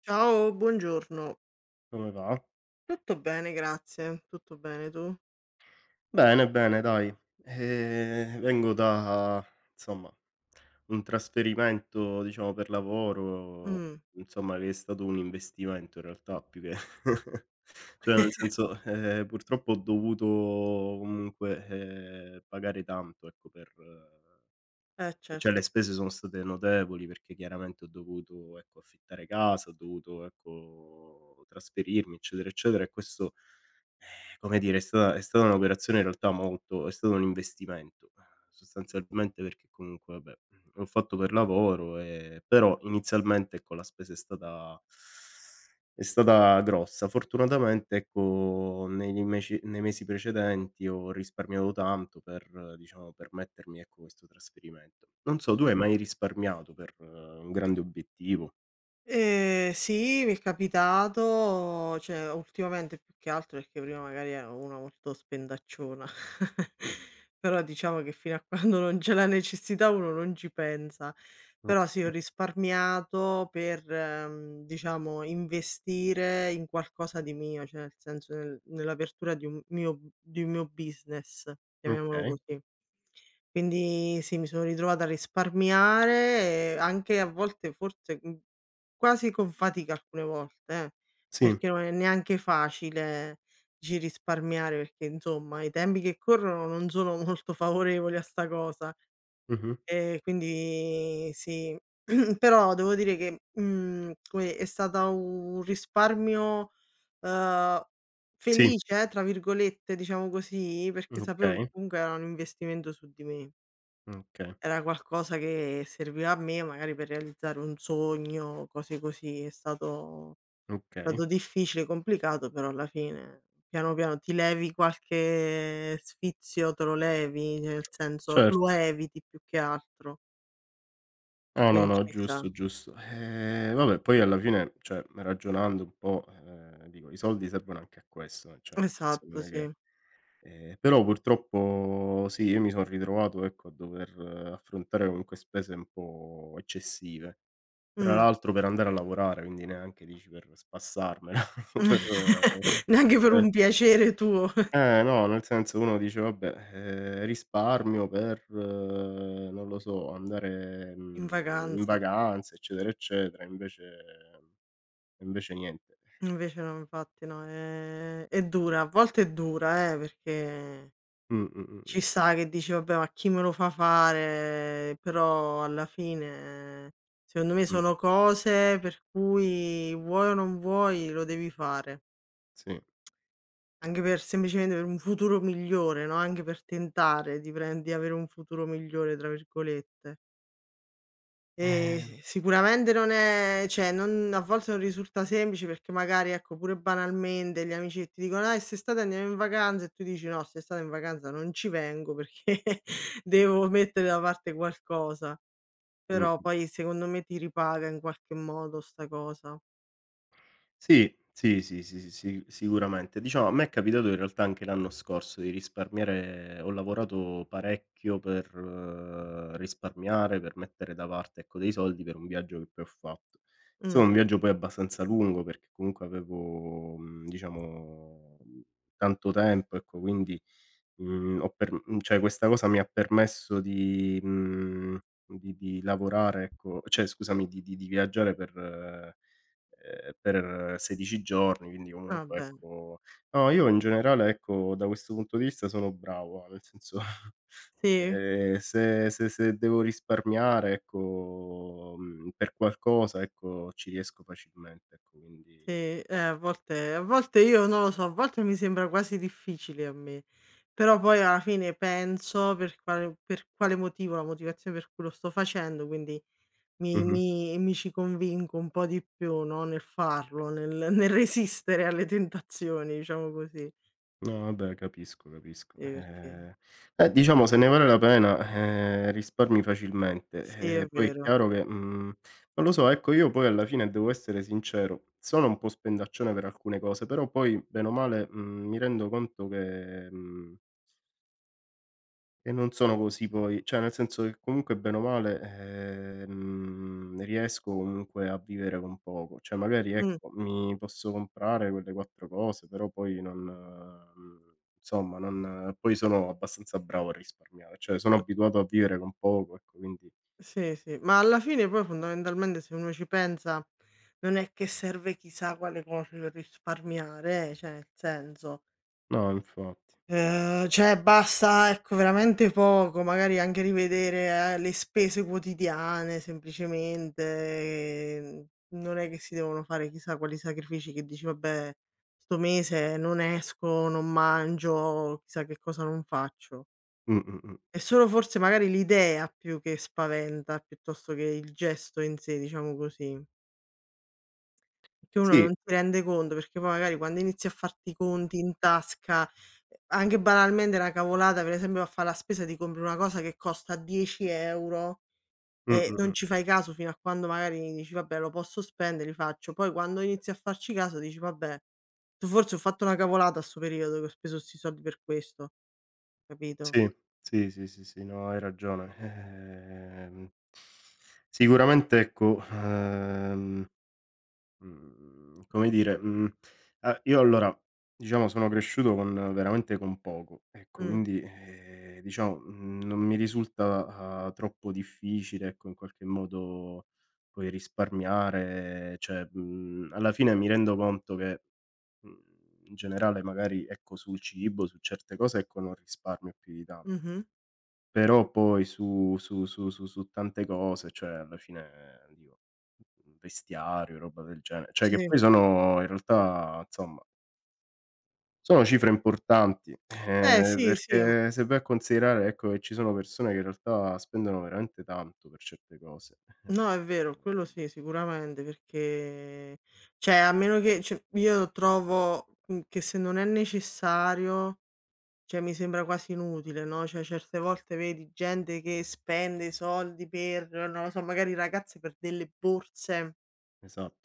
Ciao, buongiorno. Come va? Tutto bene, grazie. Tutto bene, tu? Bene, bene dai. Vengo da insomma, un trasferimento diciamo per lavoro, Mh. insomma che è stato un investimento in realtà più che cioè nel senso, purtroppo ho dovuto comunque, pagare tanto ecco per. E cioè certo. le spese sono state notevoli, perché chiaramente ho dovuto, ecco, affittare casa, ho dovuto, ecco, trasferirmi, eccetera, eccetera e questo, come dire, è stata un'operazione in realtà molto è stato un investimento, sostanzialmente perché comunque vabbè, l'ho fatto per lavoro e però inizialmente, ecco, la spesa è stata grossa. Fortunatamente, ecco, negli meci nei mesi precedenti ho risparmiato tanto per, diciamo, permettermi, ecco, questo trasferimento. Non so, tu Eh. hai mai risparmiato per un grande obiettivo? Sì, mi è capitato, cioè ultimamente più che altro perché prima magari ero una molto spendacciona. Però diciamo che fino a quando non c'è la necessità uno non ci pensa. Però sì, ho Okay, risparmiato per, diciamo, investire in qualcosa di mio, cioè nel senso nell'apertura di un mio business, chiamiamolo okay. così. Quindi sì, mi sono ritrovata a risparmiare e anche a volte forse, quasi con fatica alcune volte Sì. perché non è neanche facile. Dici risparmiare perché insomma i tempi che corrono non sono molto favorevoli a sta cosa, Mh-mh. Quindi sì. Però devo dire che, come è stata un risparmio, uhm, Sì. "felice" tra virgolette, diciamo così, perché sapevo che Okay, comunque era un investimento su di me. okay, Era qualcosa che serviva a me magari per realizzare un sogno, cose così. È stato okay. Stato difficile, complicato, però alla fine piano, piano ti levi qualche sfizio, te lo levi, nel senso lo Certo. eviti più che altro, No, no, quindi ci no, sta. giusto, giusto. Vabbè, poi alla fine, cioè, ragionando un po', dico, i soldi servono anche a questo, cioè nel senso Esatto, non è che. sì. Però purtroppo sì, io mi son ritrovato, ecco, a dover affrontare comunque spese un po' eccessive. Tra Mh. l'altro per andare a lavorare, quindi neanche dici per spassarmela, per Neanche per eh. un piacere tuo No, nel senso uno dice: "Vabbè, risparmio per, non lo so, andare, in in vacanza. vacanza, eccetera, eccetera." Invece niente. Invece no, infatti no, è dura, a volte è dura perché Mh, mh, mh, ci sta che dici: "Vabbè, ma chi me lo fa fare?" Però alla fine secondo me mh, mh, sono cose per cui vuoi o non vuoi lo devi fare, sì. anche per semplicemente per un futuro migliore, no, anche per tentare di avere un "futuro migliore" tra virgolette. S sicuramente non è cioè non a volte non risulta semplice perché magari, ecco, pure banalmente gli amici che ti dicono: "Dai, st'estate andiamo in vacanza" e tu dici: "No, st'estate in vacanza non ci vengo perché devo mettere da parte qualcosa." Però Mh. poi secondo me ti ripaga in qualche modo 'sta cosa. Sì, sì, sì, sì, sì, sì, sicuramente. Diciamo, a me è capitato in realtà anche l'anno scorso di risparmiare ho lavorato parecchio per, risparmiare, per mettere da parte, ecco, dei soldi per un viaggio che poi ho fatto. È Mh, stato un viaggio poi abbastanza lungo perché comunque avevo, diciamo, tanto tempo, ecco, quindi, ho per cioè questa cosa mi ha permesso di di lavorare, ecco cioè scusami, di viaggiare per 16 giorni, quindi va comunque bene. ecco. No, io in generale ecco, da questo punto di vista sono bravo, nel senso, Sì? Se devo risparmiare ecco, per qualcosa ecco, ci riesco facilmente ecco, Sì, quindi. A volte io non lo so, a volte mi sembra quasi difficile a me, però poi alla fine penso per quale motivo, la motivazione per cui lo sto facendo, quindi mi Mh-mh. mi mi ci convinco un po' di più, no, nel farlo, nel resistere alle tentazioni, diciamo così. No vabbè, capisco, capisco. Sì, perché Diciamo se ne vale la pena, risparmi facilmente. sì, è Poi è vero. chiaro che, non lo so, ecco io poi alla fine devo essere sincero, sono un po' spendaccione per alcune cose, però poi bene o male, mi rendo conto che, mhmm e non sono così poi, cioè nel senso che comunque bene o male, riesco comunque a vivere con poco, cioè magari Mh, ecco, mi posso comprare quelle 4 cose, però poi non insomma non poi sono abbastanza bravo a risparmiare, cioè sono o abituato a vivere con poco, ecco quindi sì, sì, ma alla fine poi fondamentalmente se uno ci pensa non è che serve chissà quale cosa per risparmiare cioè nel senso. no infatti. Cioè basta, ecco, veramente poco, magari anche rivedere, le spese quotidiane semplicemente, non è che si devono fare chissà quali sacrifici che dici: "Vabbè, sto mese non esco, non mangio, chissà che cosa non faccio". Mh, mh, mh. È solo forse magari l'idea più che spaventa, piuttosto che il gesto in sé, diciamo così. Che uno non Sì, si rende conto, perché poi magari quando inizi a farti i conti in tasca, anche banalmente una cavolata, per esempio va a fa' la spesa, ti compri una cosa che costa 10 € e non mh. ci fai caso fino a quando magari dici: "Vabbè lo posso spendere, li faccio." Poi quando inizi a farci caso dici: "Vabbè, tu forse ho fatto una cavolata a 'sto periodo che ho speso 'sti soldi per questo." Capito? Sì, sì, sì, sì, sì, no hai ragione. Sicuramente ecco, Mhmm, come dire, a io allora, diciamo sono cresciuto con veramente con poco, ecco Mh. quindi, diciamo, non mi risulta, troppo difficile, ecco, in qualche modo poi risparmiare, cioè, alla fine mi rendo conto che, mhmm, in generale magari, ecco, sul cibo, su certe cose, ecco, non risparmio più di tanto. Mh-mh. Però poi su tante cose, cioè alla fine dico, vestiario, roba del genere, cioè che Sì. poi sono in realtà insomma, sono cifre importanti, Eh sì, sì. perché se vai a considerare, ecco, che ci sono persone che in realtà spendono veramente tanto per certe cose. No, è vero, quello Ehm, sì, sicuramente, perché cioè a meno che cioè io trovo, che se non è necessario, cioè mi sembra quasi inutile, no, cioè certe volte vedi gente che spende i soldi per, non lo so, magari ragazze per delle borse, esatto.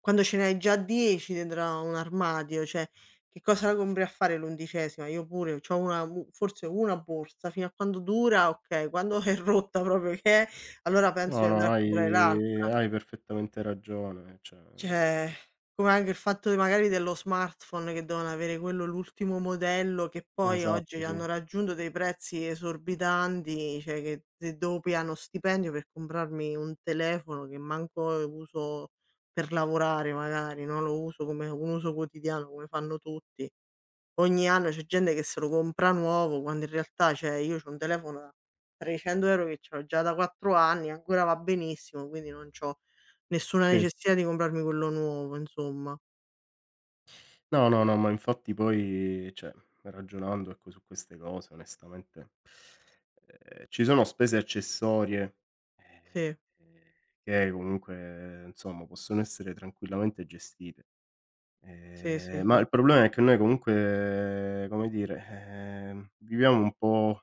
quando ce ne hai già 10 dentro a un armadio, cioè che cosa la compri a fare l'11ª? Io pure c'ho una u forse una borsa, fino a quando dura okay, quando è rotta proprio che è, allora penso No, di no, andare a hai comprare l'altra. hai perfettamente ragione, cioè Cioè, come anche il fatto magari dello smartphone che devono avere quello l'ultimo modello, che poi oggi esatto, sì. hanno raggiunto dei prezzi esorbitanti, cioè che se devo pigliare uno stipendio per comprarmi un telefono che manco uso per lavorare magari, no, lo uso come un uso quotidiano come fanno tutti ogni anno c'è gente che se lo compra nuovo, quando in realtà, cioè, io c'ho un telefono da 300 € che ce l'ho già da 4 anni, ancora va benissimo, quindi non c'ho nessuna Sì. necessità di comprarmi quello nuovo, insomma. No, no, no, ma infatti poi cioè, ragionando ecco su queste cose onestamente, ci sono spese accessorie, Sì, ehm, che comunque insomma possono essere tranquillamente gestite, sì, sì, ma sì. il problema è che noi comunque, come dire, viviamo un po'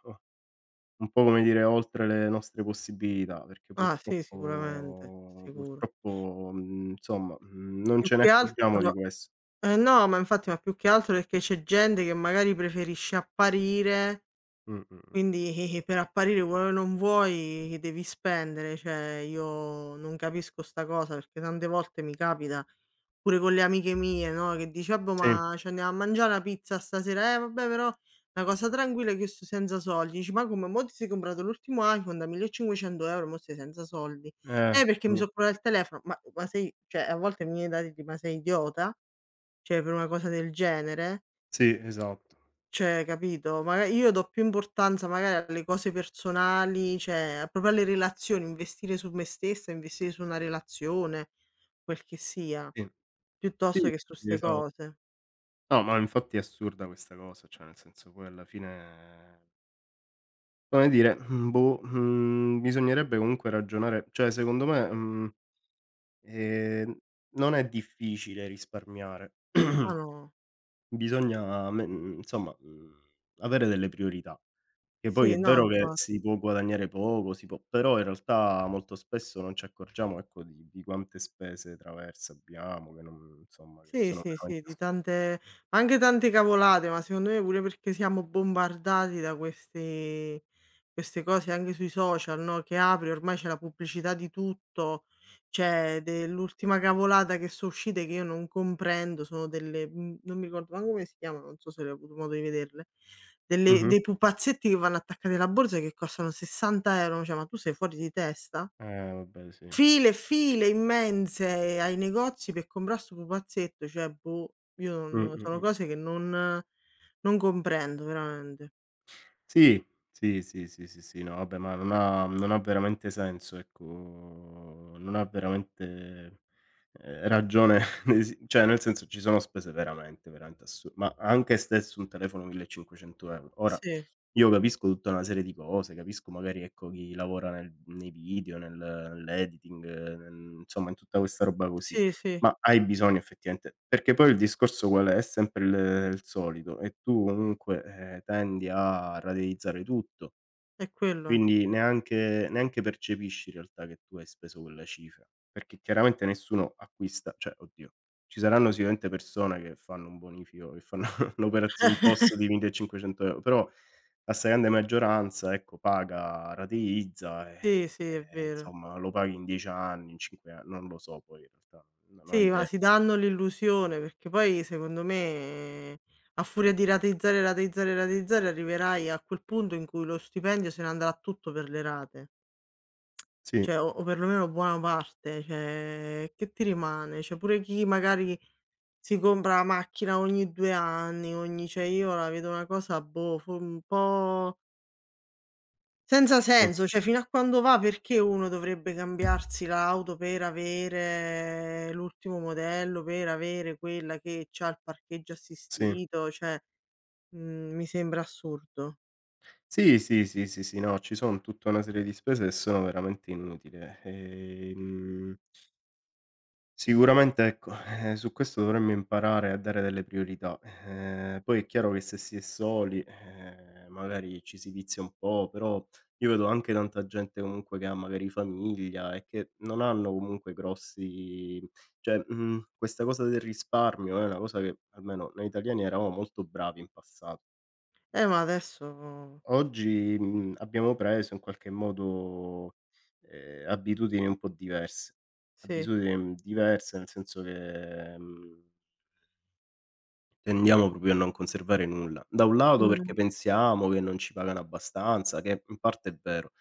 un po' come dire oltre le nostre possibilità, perché Ah, sì, sicuramente, purtroppo sicuro. purtroppo, insomma, non Più ce ne che altro accorgiamo di questo. eh no, ma infatti, ma più che altro perché c'è gente che magari preferisce apparire. Mh, mh, mh. Quindi, per apparire vuoi o non vuoi devi spendere, cioè io non capisco 'sta cosa, perché tante volte mi capita, pure con le amiche mie, no, che dici: "Ah boh, Sì. ma ci andiamo a mangià 'na pizza stasera?" "Eh vabbè però una cosa tranquilla è che io sto senza soldi." Dici: "Ma come, mo ti sei comprato l'ultimo iPhone da 1.500 €, mo stai senza soldi?" Perché mi Boh. so' comprato il telefono." Ma sei cioè a volte mi viene da dirgli: "Ma sei idiota?" Cioè per una cosa del genere? Sì, esatto. Cioè, capito, maga io do più importanza magari alle cose personali, cioè proprio alle relazioni, investire su me stessa, investire su una relazione, quel che sia, Sì. Sì, piuttosto che su sì, 'ste esatto. cose. No, ma infatti è assurda questa cosa, cioè nel senso poi alla fine, come dire, boh, bisognerebbe comunque ragionare cioè secondo me, ehm, non è difficile risparmiare. Ma no. Bisogna insomma, avere delle priorità. Che poi Sì, è no, vero che infa si può guadagnare poco, si può però in realtà molto spesso non ci accorgiamo, ecco, di quante spese traverse abbiamo, che non insomma, che Sì, sono sì, sì, veramente di ass tante ma anche tante cavolate, ma secondo me pure perché siamo bombardati da questi queste cose anche sui social, no, che apri, ormai c'è la pubblicità di tutto, cioè dell'ultima cavolata che so' uscite che io non comprendo, sono delle non mi ricordo manco come si chiamano, non so se hai avuto modo di vederle, delle Mh-mh. dei pupazzetti che vanno attaccati alla borsa e che costano 60 €, cioè ma tu sei fuori di testa? Vabbè sì. File e file immense ai negozi per comprà 'sto pupazzetto, cioè boh, io Mh, non mh, sono mh. cose che non comprendo veramente. Sì, sì, sì, sì, sì, sì, no vabbè, ma non ha veramente senso, ecco, non ha veramente, ragione di si cioè nel senso ci sono spese veramente, veramente assu ma anche stesso un telefono 1.500 €, ora. Sì, Io capisco tutta una serie di cose, capisco magari, ecco, chi lavora nel nei video, nell'editing, nel insomma in tutta questa roba così, sì, sì, ma hai bisogno effettivamente perché poi il discorso qual è? È sempre il solito e tu comunque, tendi a rateizzare tutto. è quello. Eh. Quindi neanche percepisci in realtà che tu hai speso quella cifra, perché chiaramente nessuno acquista cioè oddio, ci saranno sicuramente persone che fanno un bonifico, che fanno un POS di 1.500 €, però la stragrande maggioranza, ecco, paga, rateizza, Sì, sì, è e vero. insomma lo paghi in 10 anni, in 5 an non lo so poi in realtà, non ho Sì, ma idea. si danno l'illusione, perché poi secondo me a furia di rateizzare, rateizzare, rateizzare arriverai a quel punto in cui lo stipendio se ne andrà tutto per le rate, Sì, cioè o perlomeno buona parte, cioè che ti rimane? Cioè pure chi magari si compra la macchina ogni 2 anni, ogni cioè io la vedo una cosa, boh, fo un po' senza sì, senso, cioè fino a quando va perché uno dovrebbe cambiarsi l'auto per avere l'ultimo modello, per avere quella che c'ha il parcheggio sì. assistito, cioè, mi sembra assurdo. Sì, sì, sì, sì, sì, no, ci son tutta una serie di spese che sono veramente inutili. Sicuramente ecco, su questo dovremmo imparare a dare delle priorità. Poi è chiaro che se si è soli, magari ci si vizia un po', però io vedo anche tanta gente comunque che ha magari famiglia e che non hanno comunque grossi cioè, questa cosa del risparmio è una cosa che almeno noi italiani eravamo molto bravi in passato. Ma adesso Oggi, abbiamo preso in qualche modo, abitudini un po' diverse. sì. Abitudini, diverse nel senso che, tendiamo proprio a non conservare nulla. Da un lato Mh. perché pensiamo che non ci pagano abbastanza, che in parte è vero.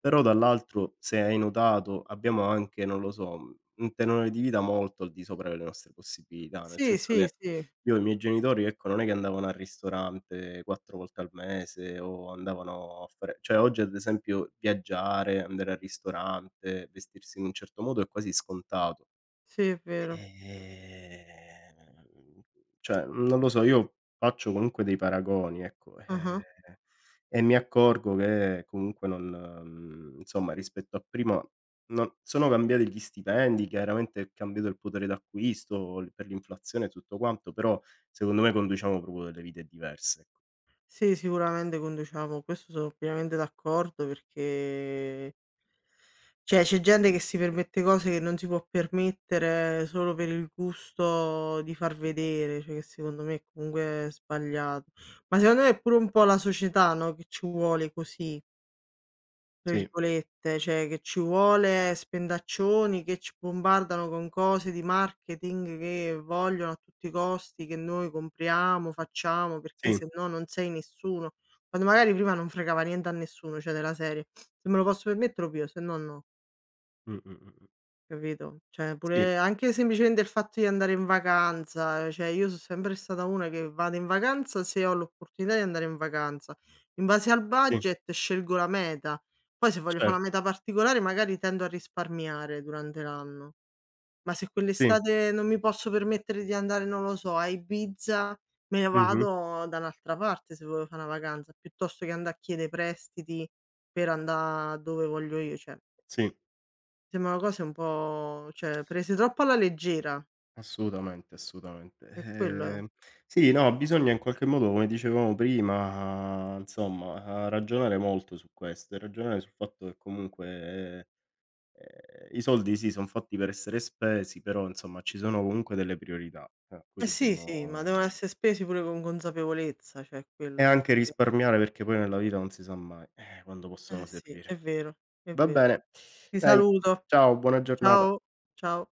Però dall'altro, se hai notato, abbiamo anche, non lo so, un tenore di vita molto al di sopra delle nostre possibilità, nel Sì, senso sì, che sì. io e i miei genitori, ecco, non è che andavano al ristorante 4 volte al mese o andavano a fare cioè oggi ad esempio viaggiare, andare al ristorante, vestirsi in un certo modo è quasi scontato. Sì, è vero. Ehm, cioè, non lo so, io faccio comunque dei paragoni, ecco, Ah-ah. E mi accorgo che comunque non insomma rispetto a prima non sono cambiati gli stipendi, chiaramente è cambiato il potere d'acquisto l per l'inflazione e tutto quanto, però secondo me conduciamo proprio delle vite diverse, ecco. Sì, sicuramente conduciamo, questo sono pienamente d'accordo perché. Cioè, c'è gente che si permette cose che non si può permettere solo per il gusto di far vedere, cioè che secondo me è comunque sbagliato. Ma secondo me è pure un po' la società, no, che ci vuole così, tra Sì, virgolette, cioè che ci vuole spendaccioni che ci bombardano con cose di marketing che vogliono a tutti i costi che noi compriamo, facciamo, perché sì. se no non sei nessuno. Quando magari prima non fregava niente a nessuno, cioè della serie: "Se me lo posso permettere lo piglio, se no no". Mh, mh, mh, mh. Capito? Cioè Sì, pure anche semplicemente il fatto di andare in vacanza, cioè io so' sempre stata una che vado in vacanza se ho l'opportunità di andare in vacanza. In base al sì, budget scelgo la meta, poi se voglio fa' una certo. meta particolare magari tendo a risparmiare durante l'anno, ma se Sì. quell'estate non mi posso permettere di andare, non lo so, a Ibiza, me ne Mh-mh. vado da un'altra parte se voglio fa' 'na vacanza, piuttosto che andà a chiede prestiti per andà dove voglio io, cioè Sì. sembrano cose un po' cioè prese troppo alla leggera, Assolutamente, assolutamente. è quello è. Sì, no, bisogna in qualche modo, come dicevamo prima, insomma, ragionare molto su questo e ragionare sul fatto che comunque, ehm, i soldi sì, son fatti per essere spesi, però insomma ci sono comunque delle priorità a cui Eh sì, sì, ma devono dobbiamo essere spesi pure con consapevolezza, cioè e quello è anche che risparmiare perché poi nella vita non si sa mai, quando possono sì, è servire. vero, è Va vero. bene, Ti dai, saluto. ciao, buona giornata. Ciao, ciao.